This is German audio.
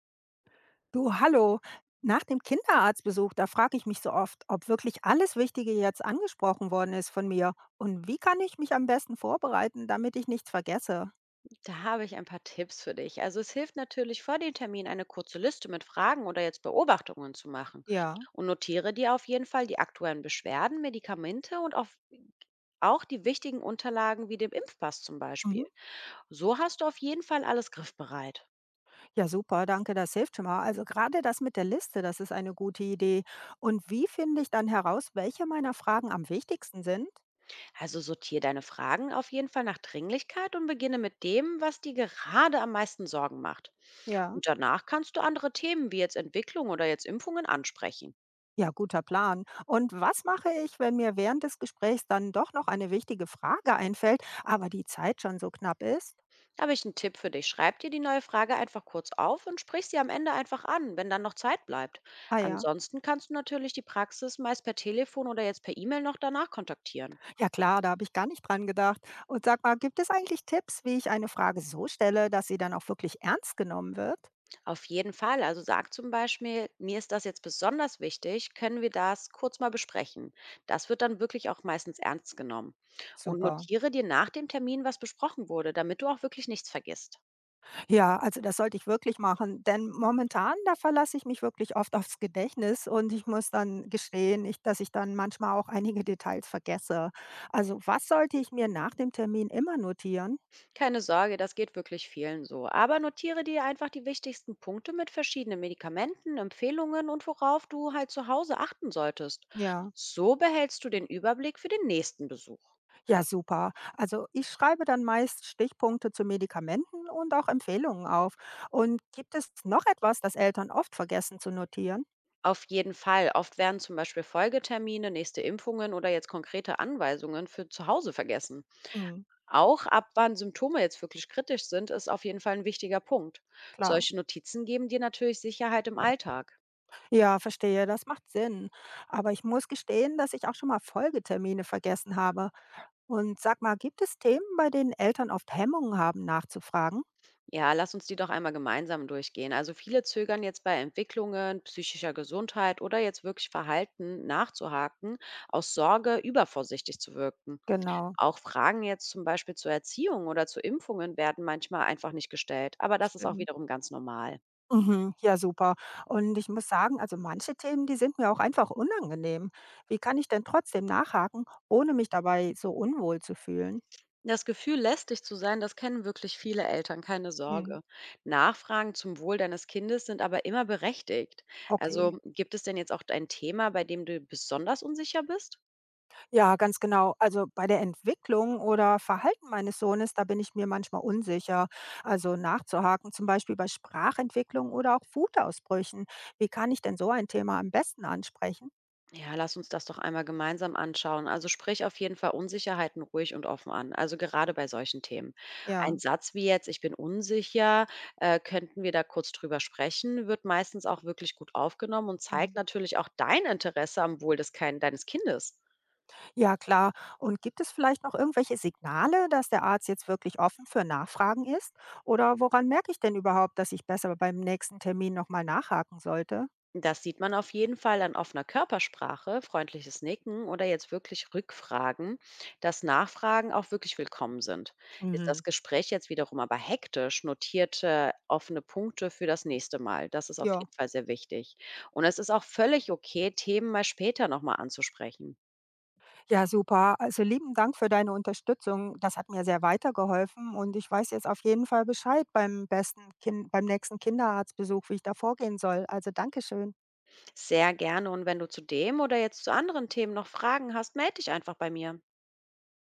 Du, hallo. Nach dem Kinderarztbesuch, da frage ich mich so oft, ob wirklich alles Wichtige jetzt angesprochen worden ist von mir, und wie kann ich mich am besten vorbereiten, damit ich nichts vergesse? Da habe ich ein paar Tipps für dich. Also es hilft natürlich vor dem Termin eine kurze Liste mit Fragen oder jetzt Beobachtungen zu machen. Ja. Und notiere dir auf jeden Fall die aktuellen Beschwerden, Medikamente auch die wichtigen Unterlagen wie dem Impfpass zum Mhm. Beispiel. So hast du auf jeden Fall alles griffbereit. Ja, super, danke, das hilft schon mal. Also gerade das mit der Liste, das ist eine gute Idee. Und wie finde ich dann heraus, welche meiner Fragen am wichtigsten sind? Also sortiere deine Fragen auf jeden Fall nach Dringlichkeit und beginne mit dem, was dir gerade am meisten Sorgen macht. Ja. Und danach kannst du andere Themen wie jetzt Entwicklung oder jetzt Impfungen ansprechen. Ja, guter Plan. Und was mache ich, wenn mir während des Gesprächs dann doch noch eine wichtige Frage einfällt, aber die Zeit schon so knapp ist? Da habe ich einen Tipp für dich. Schreib dir die neue Frage einfach kurz auf und sprich sie am Ende einfach an, wenn dann noch Zeit bleibt. Ah ja. Ansonsten kannst du natürlich die Praxis meist per Telefon oder jetzt per E-Mail noch danach kontaktieren. Ja klar, da habe ich gar nicht dran gedacht. Und sag mal, gibt es eigentlich Tipps, wie ich eine Frage so stelle, dass sie dann auch wirklich ernst genommen wird? Auf jeden Fall. Also sag zum Beispiel, mir ist das jetzt besonders wichtig, können wir das kurz mal besprechen. Das wird dann wirklich auch meistens ernst genommen. Und Super. notiere dir nach dem Termin, was besprochen wurde, damit du auch wirklich nichts vergisst. Ja, also das sollte ich wirklich machen, denn momentan, da verlasse ich mich wirklich oft aufs Gedächtnis, und ich muss dann gestehen, dass ich dann manchmal auch einige Details vergesse. Also was sollte ich mir nach dem Termin immer notieren? Keine Sorge, das geht wirklich vielen so. Aber notiere dir einfach die wichtigsten Punkte mit verschiedenen Medikamenten, Empfehlungen und worauf du halt zu Hause achten solltest. Ja. So behältst du den Überblick für den nächsten Besuch. Ja, super. Also ich schreibe dann meist Stichpunkte zu Medikamenten und auch Empfehlungen auf. Und gibt es noch etwas, das Eltern oft vergessen zu notieren? Auf jeden Fall. Oft werden zum Beispiel Folgetermine, nächste Impfungen oder jetzt konkrete Anweisungen für zu Hause vergessen. Hm. Auch ab wann Symptome jetzt wirklich kritisch sind, ist auf jeden Fall ein wichtiger Punkt. Klar. Solche Notizen geben dir natürlich Sicherheit im Alltag. Ja, verstehe, das macht Sinn. Aber ich muss gestehen, dass ich auch schon mal Folgetermine vergessen habe. Und sag mal, gibt es Themen, bei denen Eltern oft Hemmungen haben, nachzufragen? Ja, lass uns die doch einmal gemeinsam durchgehen. Also viele zögern jetzt bei Entwicklungen psychischer Gesundheit oder jetzt wirklich Verhalten nachzuhaken, aus Sorge übervorsichtig zu wirken. Genau, Auch Fragen jetzt zum Beispiel zur Erziehung oder zu Impfungen werden manchmal einfach nicht gestellt. Aber das ist auch stimmt. wiederum ganz normal. Mhm, ja super. Und ich muss sagen, also manche Themen, die sind mir auch einfach unangenehm. Wie kann ich denn trotzdem nachhaken, ohne mich dabei so unwohl zu fühlen? Das Gefühl, lästig zu sein, das kennen wirklich viele Eltern, keine Hm. Sorge. Nachfragen zum Wohl deines Kindes sind aber immer berechtigt. Okay. Also gibt es denn jetzt auch ein Thema, bei dem du besonders unsicher bist? Ja, ganz genau. Also bei der Entwicklung oder Verhalten meines Sohnes, da bin ich mir manchmal unsicher. Also nachzuhaken, zum Beispiel bei Sprachentwicklung oder auch Wutausbrüchen. Wie kann ich denn so ein Thema am besten ansprechen? Ja, lass uns das doch einmal gemeinsam anschauen. Also sprich auf jeden Fall Unsicherheiten ruhig und offen an, also gerade bei solchen Themen. Ein Ja. Satz wie jetzt, ich bin unsicher, könnten wir da kurz drüber sprechen, wird meistens auch wirklich gut aufgenommen und zeigt Hm. natürlich auch dein Interesse am Wohl des Kein deines Kindes. Ja, klar. Und gibt es vielleicht noch irgendwelche Signale, dass der Arzt jetzt wirklich offen für Nachfragen ist? Oder woran merke ich denn überhaupt, dass ich besser beim nächsten Termin nochmal nachhaken sollte? Das sieht man auf jeden Fall an offener Körpersprache, freundliches Nicken oder jetzt wirklich Rückfragen, dass Nachfragen auch wirklich willkommen sind. Ist das Mhm. Gespräch jetzt wiederum aber hektisch, notierte offene Punkte für das nächste Mal. Das ist auf Ja. jeden Fall sehr wichtig. Und es ist auch völlig okay, Themen mal später nochmal anzusprechen. Ja, super. Also lieben Dank für deine Unterstützung. Das hat mir sehr weitergeholfen, und ich weiß jetzt auf jeden Fall Bescheid beim besten kind, beim nächsten Kinderarztbesuch, wie ich da vorgehen soll. Also Dankeschön. Sehr gerne. Und wenn du zu dem oder jetzt zu anderen Themen noch Fragen hast, melde dich einfach bei mir.